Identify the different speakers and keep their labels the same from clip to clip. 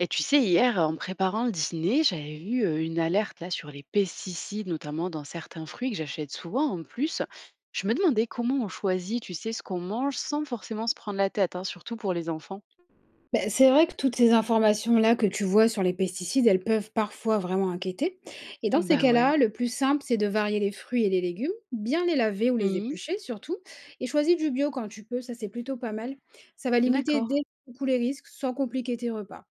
Speaker 1: Et tu sais, hier, en préparant le dîner, j'avais vu une alerte là sur les pesticides, notamment dans certains fruits que j'achète souvent en plus. Je me demandais comment on choisit, tu sais, ce qu'on mange sans forcément se prendre la tête, hein, surtout pour les enfants.
Speaker 2: Beh, c'est vrai que toutes ces informations-là que tu vois sur les pesticides, elles peuvent parfois vraiment inquiéter. Et dans ces
Speaker 1: Bah ouais.
Speaker 2: cas-là, le plus simple, c'est de varier les fruits et les légumes, bien les laver ou les
Speaker 1: Mhm.
Speaker 2: éplucher surtout, et choisis du bio quand tu peux, ça c'est plutôt pas mal. Ça va limiter
Speaker 1: D'accord.
Speaker 2: dès le coup les risques sans compliquer tes repas.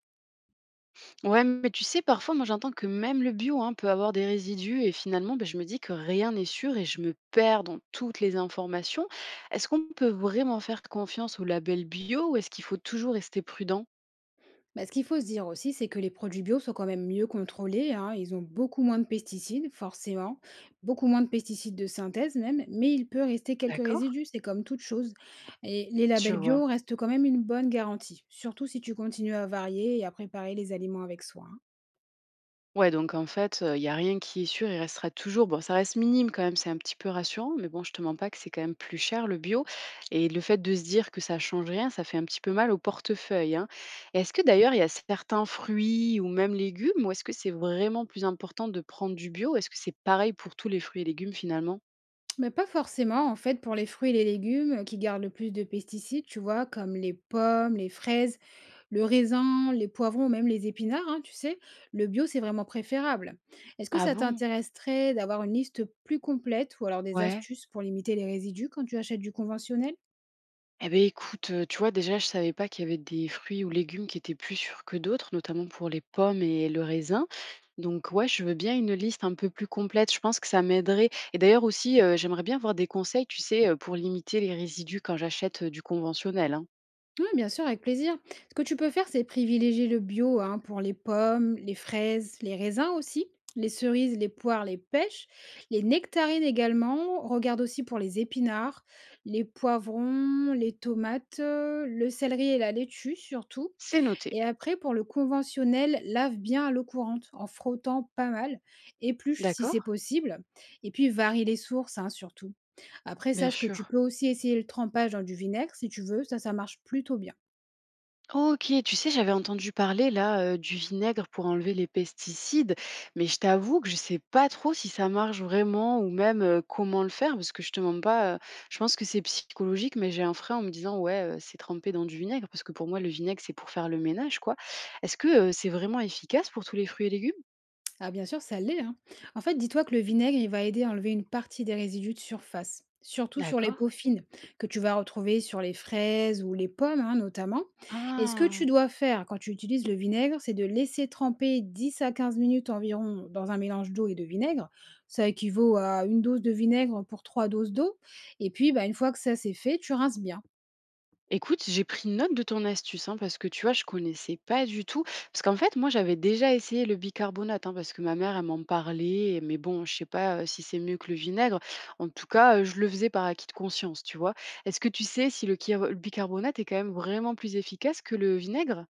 Speaker 1: Ouais, mais tu sais, parfois, moi j'entends que même le bio hein, peut avoir des résidus et finalement, ben, je me dis que rien n'est sûr et je me perds dans toutes les informations. Est-ce qu'on peut vraiment faire confiance au label bio ou est-ce qu'il faut toujours rester prudent?
Speaker 2: Bah, ce qu'il faut se dire aussi, c'est que les produits bio sont quand même mieux contrôlés, hein. Ils ont beaucoup moins de pesticides, forcément, beaucoup moins de pesticides de synthèse même, mais il peut rester quelques
Speaker 1: D'accord.
Speaker 2: résidus, c'est comme toute chose. Et les
Speaker 1: Tu
Speaker 2: labels
Speaker 1: vois.
Speaker 2: bio restent quand même une bonne garantie, surtout si tu continues à varier et à préparer les aliments avec soin, hein.
Speaker 1: Ouais, donc en fait, il y a rien qui est sûr, il restera toujours bon, ça reste minime quand même, c'est un petit peu rassurant, mais bon, je te mens pas que c'est quand même plus cher le bio et le fait de se dire que ça change rien, ça fait un petit peu mal au portefeuille, hein. Est-ce que d'ailleurs il y a certains fruits ou même légumes où est-ce que c'est vraiment plus important de prendre du bio? Est-ce que c'est pareil pour tous les fruits et légumes finalement?
Speaker 2: Mais pas forcément, en fait, pour les fruits et les légumes qui gardent le plus de pesticides, tu vois, comme les pommes, les fraises, le raisin, les poivrons, même les épinards, hein, tu sais, le bio, c'est vraiment préférable. Est-ce que
Speaker 1: Ah
Speaker 2: ça
Speaker 1: bon?
Speaker 2: t'intéresserait d'avoir une liste plus complète ou alors des
Speaker 1: Ouais.
Speaker 2: astuces pour limiter les résidus quand tu achètes du conventionnel?
Speaker 1: Eh ben écoute, tu vois, déjà, je savais pas qu'il y avait des fruits ou légumes qui étaient plus sûrs que d'autres, notamment pour les pommes et le raisin. Donc ouais, je veux bien une liste un peu plus complète, je pense que ça m'aiderait et d'ailleurs aussi, j'aimerais bien avoir des conseils, tu sais, pour limiter les résidus quand j'achète, du conventionnel, hein.
Speaker 2: Oui, bien sûr, avec plaisir. Ce que tu peux faire, c'est privilégier le bio hein, pour les pommes, les fraises, les raisins aussi, les cerises, les poires, les pêches, les nectarines également. Regarde aussi pour les épinards, les poivrons, les tomates, le céleri et la laitue surtout.
Speaker 1: C'est noté.
Speaker 2: Et après, pour le conventionnel, lave bien à l'eau courante en frottant pas mal, épluche si
Speaker 1: D'accord,
Speaker 2: c'est possible, et puis varie les sources hein, surtout. Après,
Speaker 1: bien
Speaker 2: sache que
Speaker 1: sûr.
Speaker 2: tu peux aussi essayer le trempage dans du vinaigre si tu veux, ça marche plutôt bien.
Speaker 1: OK, tu sais, j'avais entendu parler là, du vinaigre pour enlever les pesticides, mais je t'avoue que je sais pas trop si ça marche vraiment ou même, comment le faire parce que je te mens pas, je pense que c'est psychologique, mais j'ai un frein en me disant: «Ouais, c'est trempé dans du vinaigre» parce que pour moi le vinaigre c'est pour faire le ménage quoi. Est-ce que, c'est vraiment efficace pour tous les fruits et légumes?
Speaker 2: Ah bien sûr, ça l'est, hein. En fait, dis-toi que le vinaigre, il va aider à enlever une partie des résidus de surface, surtout sur les
Speaker 1: D'accord.
Speaker 2: peaux fines, que tu vas retrouver sur les fraises ou les pommes hein, notamment. Et ce que tu
Speaker 1: Ah!
Speaker 2: dois faire quand tu utilises le vinaigre, c'est de laisser tremper 10 à 15 minutes environ dans un mélange d'eau et de vinaigre. Ça équivaut à une dose de vinaigre pour trois doses d'eau et puis, bah, une fois que ça, c'est fait, tu rinces bien.
Speaker 1: Écoute, j'ai pris note de ton astuce, hein, parce que tu vois, je connaissais pas du tout. Parce qu'en fait, moi, j'avais déjà essayé le bicarbonate, hein, parce que ma mère, elle m'en parlait, mais bon, je sais pas si c'est mieux que le vinaigre. En tout cas, je le faisais par acquis de conscience, tu vois. Est-ce que tu sais si le le bicarbonate est quand même vraiment plus efficace que le vinaigre?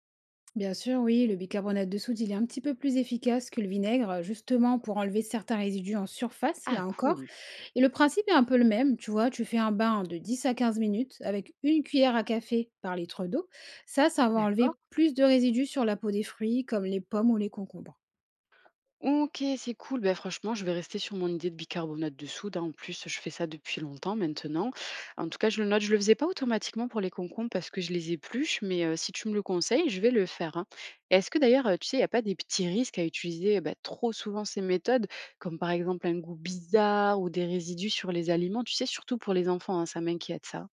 Speaker 2: Bien sûr, oui, le bicarbonate de soude, il est un petit peu plus efficace que le vinaigre, justement pour enlever certains résidus en surface,
Speaker 1: Ah,
Speaker 2: là encore.
Speaker 1: cool,
Speaker 2: Et le principe est un peu le même, tu vois, tu fais un bain de 10 à 15 minutes avec une cuillère à café par litre d'eau. Ça va
Speaker 1: d'accord.
Speaker 2: enlever plus de résidus sur la peau des fruits, comme les pommes ou les concombres.
Speaker 1: OK, c'est cool. Ben franchement, je vais rester sur mon idée de bicarbonate de soude, hein. En plus, je fais ça depuis longtemps maintenant. En tout cas, je le note. Je le faisais pas automatiquement pour les concombres parce que je les épluche, mais si tu me le conseilles, je vais le faire. Hein. Et Est-ce que d'ailleurs, tu sais, il n'y a pas des petits risques à utiliser bah, trop souvent ces méthodes, comme par exemple un goût bizarre ou des résidus sur les aliments? Tu sais, surtout pour les enfants, hein, ça m'inquiète ça.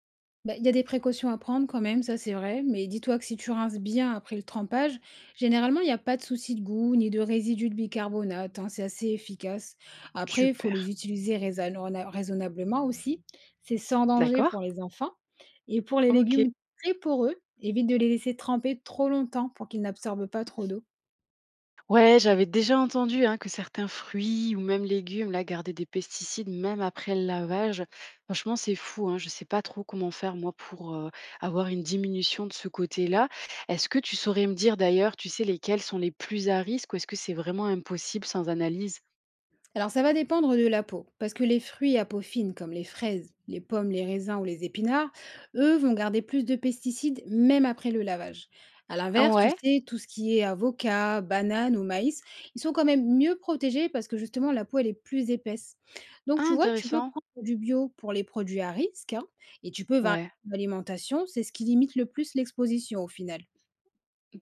Speaker 2: Bah, il y a des précautions à prendre quand même, ça c'est vrai, mais dis-toi que si tu rinces bien après le trempage, généralement il n'y a pas de souci de goût ni de résidus de bicarbonate, hein, c'est assez efficace. Après, il faut
Speaker 1: Super.
Speaker 2: les utiliser raisonnablement aussi, c'est sans danger
Speaker 1: D'accord?
Speaker 2: pour les enfants. Et pour les
Speaker 1: Ok.
Speaker 2: légumes très poreux, évite de les laisser tremper trop longtemps pour qu'ils n'absorbent pas trop d'eau.
Speaker 1: Ouais, j'avais déjà entendu hein, que certains fruits ou même légumes là, gardaient des pesticides même après le lavage. Franchement, c'est fou. Hein, je ne sais pas trop comment faire moi pour avoir une diminution de ce côté-là. Est-ce que tu saurais me dire d'ailleurs, tu sais, lesquels sont les plus à risque ou est-ce que c'est vraiment impossible sans analyse?
Speaker 2: Alors ça va dépendre de la peau, parce que les fruits à peau fine comme les fraises, les pommes, les raisins ou les épinards, eux vont garder plus de pesticides même après le lavage. À
Speaker 1: Ah
Speaker 2: l'inverse, tu
Speaker 1: ouais,
Speaker 2: sais, tout ce qui est avocat, banane ou maïs, ils sont quand même mieux protégés parce que justement la peau elle est plus épaisse. Donc tu
Speaker 1: ah,
Speaker 2: vois, tu peux
Speaker 1: intéressant.
Speaker 2: prendre du bio pour les produits à risque hein, et tu peux varier
Speaker 1: Ouais.
Speaker 2: ton alimentation, c'est ce qui limite le plus l'exposition au final.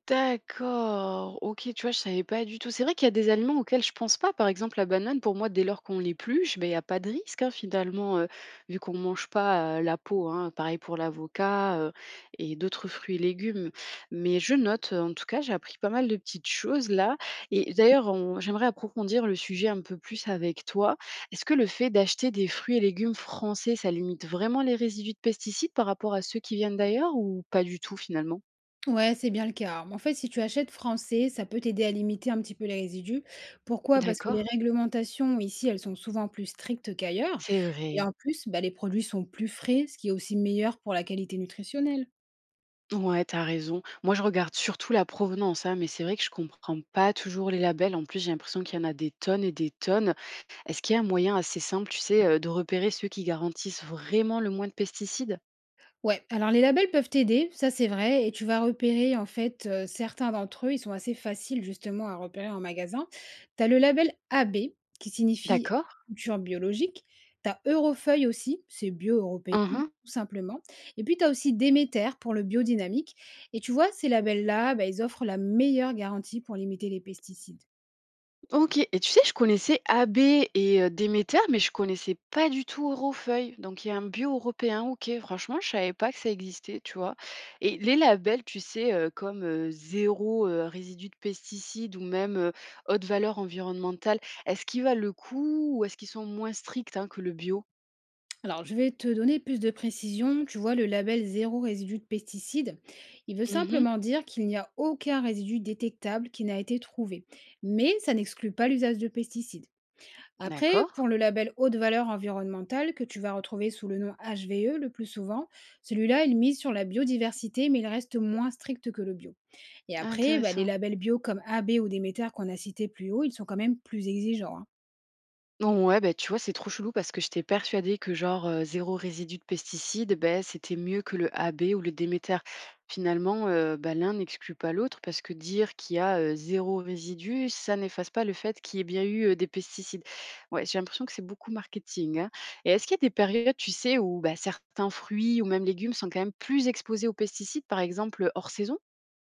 Speaker 1: D'accord, OK, tu vois, je savais pas du tout. C'est vrai qu'il y a des aliments auxquels je pense pas. Par exemple, la banane, pour moi, dès lors qu'on l'épluche, ben il y a pas de risque, hein, finalement, vu qu'on ne mange pas, la peau, hein. Pareil pour l'avocat, et d'autres fruits et légumes. Mais je note, en tout cas, j'ai appris pas mal de petites choses là. Et d'ailleurs, on j'aimerais approfondir le sujet un peu plus avec toi. Est-ce que le fait d'acheter des fruits et légumes français, ça limite vraiment les résidus de pesticides par rapport à ceux qui viennent d'ailleurs ou pas du tout finalement?
Speaker 2: Ouais, c'est bien le cas. Alors, en fait, si tu achètes français, ça peut t'aider à limiter un petit peu les résidus. Pourquoi? Parce que les
Speaker 1: D'accord.
Speaker 2: réglementations ici, elles sont souvent plus strictes qu'ailleurs.
Speaker 1: C'est
Speaker 2: Et
Speaker 1: vrai.
Speaker 2: en plus, bah, les produits sont plus frais, ce qui est aussi meilleur pour la qualité nutritionnelle.
Speaker 1: Ouais, t'as raison. Moi, je regarde surtout la provenance, hein, mais c'est vrai que je comprends pas toujours les labels. En plus, j'ai l'impression qu'il y en a des tonnes et des tonnes. Est-ce qu'il y a un moyen assez simple, tu sais, de repérer ceux qui garantissent vraiment le moins de pesticides?
Speaker 2: Ouais, alors les labels peuvent t'aider, ça c'est vrai, et tu vas repérer en fait certains d'entre eux, ils sont assez faciles justement à repérer en magasin. Tu as le label AB qui signifie
Speaker 1: D'accord.
Speaker 2: culture biologique, tu as Eurofeuille aussi, c'est bio européen tout simplement, et puis tu as aussi Déméter pour le biodynamique. Et tu vois, ces labels-là, bah, ils offrent la meilleure garantie pour limiter les pesticides.
Speaker 1: OK et tu sais, je connaissais AB et Déméter, mais je connaissais pas du tout Eurofeuille, donc il y a un bio européen, OK. Franchement, je savais pas que ça existait, tu vois? Et les labels, tu sais, comme, 0, résidu de pesticides ou même, haute valeur environnementale, est-ce qu'ils valent le coup ou est-ce qu'ils sont moins stricts, hein, que le bio?
Speaker 2: Alors, je vais te donner plus de précision. Tu vois, le label zéro résidu de pesticides, il veut
Speaker 1: Mmh.
Speaker 2: simplement dire qu'il n'y a aucun résidu détectable qui n'a été trouvé. Mais ça n'exclut pas l'usage de pesticides. Après,
Speaker 1: D'accord.
Speaker 2: pour le label haute valeur environnementale que tu vas retrouver sous le nom HVE le plus souvent, celui-là, il mise sur la biodiversité, mais il reste moins strict que le bio. Et après, bah, les
Speaker 1: Intéressant.
Speaker 2: labels bio comme AB ou Déméter qu'on a cités plus haut, ils sont quand même plus exigeants, hein.
Speaker 1: Non, ouais, bah, tu vois, c'est trop chelou parce que j'étais persuadée que genre 0 résidu de pesticides, ben c'était mieux que le AB ou le Déméter. Finalement, bah, l'un n'exclut pas l'autre parce que dire qu'il y a, 0 résidu, ça n'efface pas le fait qu'il y ait bien eu, des pesticides. Ouais, j'ai l'impression que c'est beaucoup marketing, hein, et est-ce qu'il y a des périodes, tu sais, où, bah, certains fruits ou même légumes sont quand même plus exposés aux pesticides, par exemple, hors saison?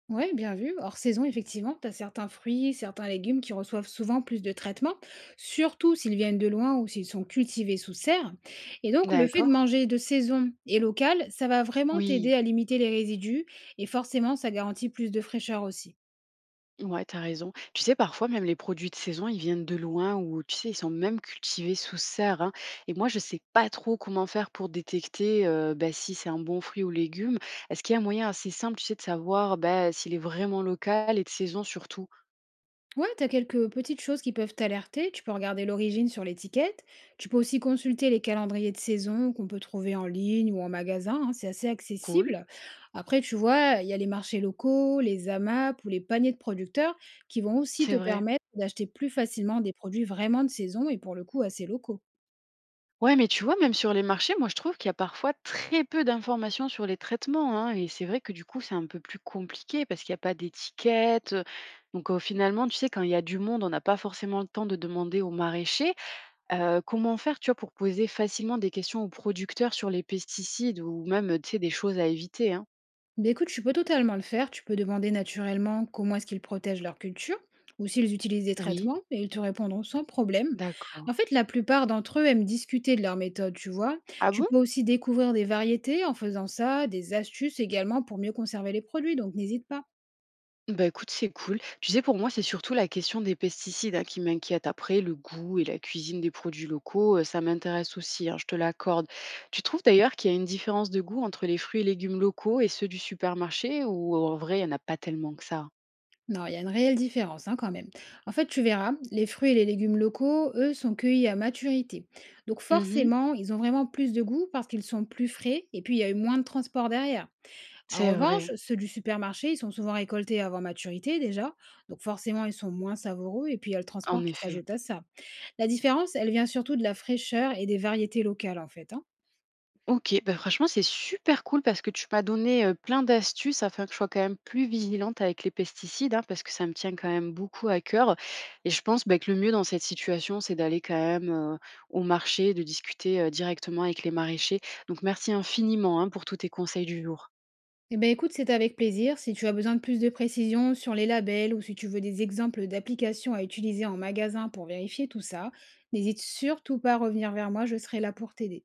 Speaker 2: Ouais, bien vu. Hors saison, effectivement, tu as certains fruits, certains légumes qui reçoivent souvent plus de traitements, surtout s'ils viennent de loin ou s'ils sont cultivés sous serre. Et donc, le fait de
Speaker 1: D'accord.
Speaker 2: manger de saison et local, ça va vraiment
Speaker 1: Oui.
Speaker 2: t'aider à limiter les résidus et forcément, ça garantit plus de fraîcheur aussi.
Speaker 1: Ouais, t'as raison. Tu sais, parfois, même les produits de saison, ils viennent de loin ou, tu sais, ils sont même cultivés sous serre. Hein. Et moi, je sais pas trop comment faire pour détecter bah, si c'est un bon fruit ou légume. Est-ce qu'il y a un moyen assez simple, tu sais, de savoir bah, s'il est vraiment local et de saison surtout?
Speaker 2: Ouais, t'as quelques petites choses qui peuvent t'alerter. Tu peux regarder l'origine sur l'étiquette. Tu peux aussi consulter les calendriers de saison qu'on peut trouver en ligne ou en magasin, hein, c'est assez
Speaker 1: Cool,
Speaker 2: accessible. Après, tu vois, il y a les marchés locaux, les AMAP ou les paniers de producteurs qui vont aussi
Speaker 1: c'est
Speaker 2: te
Speaker 1: vrai.
Speaker 2: permettre d'acheter plus facilement des produits vraiment de saison et pour le coup assez locaux.
Speaker 1: Ouais, mais tu vois, même sur les marchés, moi, je trouve qu'il y a parfois très peu d'informations sur les traitements. Hein. Et c'est vrai que du coup, c'est un peu plus compliqué parce qu'il n'y a pas d'étiquette. Donc finalement, tu sais, quand il y a du monde, on n'a pas forcément le temps de demander aux maraîchers. Comment faire, tu vois, pour poser facilement des questions aux producteurs sur les pesticides ou même, tu sais, des choses à éviter, hein?
Speaker 2: Bah, écoute, tu peux totalement le faire. Tu peux demander naturellement comment est-ce qu'ils protègent leur culture ou s'ils utilisent des
Speaker 1: Oui.
Speaker 2: traitements et ils te répondront sans problème.
Speaker 1: D'accord.
Speaker 2: En fait, la plupart d'entre eux aiment discuter de leur méthode, tu vois.
Speaker 1: Ah
Speaker 2: Tu
Speaker 1: bon?
Speaker 2: peux aussi découvrir des variétés en faisant ça, des astuces également pour mieux conserver les produits, donc n'hésite pas.
Speaker 1: Bah, écoute, c'est cool. Tu sais, pour moi, c'est surtout la question des pesticides, hein, qui m'inquiète. Après, le goût et la cuisine des produits locaux, ça m'intéresse aussi, hein, je te l'accorde. Tu trouves d'ailleurs qu'il y a une différence de goût entre les fruits et légumes locaux et ceux du supermarché ou en vrai, il y en a pas tellement que ça?
Speaker 2: Non, il y a une réelle différence hein, quand même. En fait, tu verras, les fruits et les légumes locaux, eux, sont cueillis à maturité. Donc
Speaker 1: Mmh.
Speaker 2: forcément, ils ont vraiment plus de goût parce qu'ils sont plus frais et puis il y a eu moins de transport derrière. En
Speaker 1: C'est vrai,
Speaker 2: revanche, ceux du supermarché, ils sont souvent récoltés avant maturité déjà, donc forcément ils sont moins savoureux et puis il y a le transport
Speaker 1: en
Speaker 2: qui
Speaker 1: effet.
Speaker 2: s'ajoute à ça. La différence, elle vient surtout de la fraîcheur et des variétés locales en fait, hein.
Speaker 1: OK, bah, franchement, c'est super cool parce que tu m'as donné, plein d'astuces afin que je sois quand même plus vigilante avec les pesticides, hein, parce que ça me tient quand même beaucoup à cœur et je pense, bah, que le mieux dans cette situation, c'est d'aller quand même, au marché, de discuter, directement avec les maraîchers. Donc merci infiniment, hein, pour tous tes conseils du jour.
Speaker 2: Eh bien écoute, c'est avec plaisir. Si tu as besoin de plus de précisions sur les labels ou si tu veux des exemples d'applications à utiliser en magasin pour vérifier tout ça, n'hésite surtout pas à revenir vers moi, je serai là pour t'aider.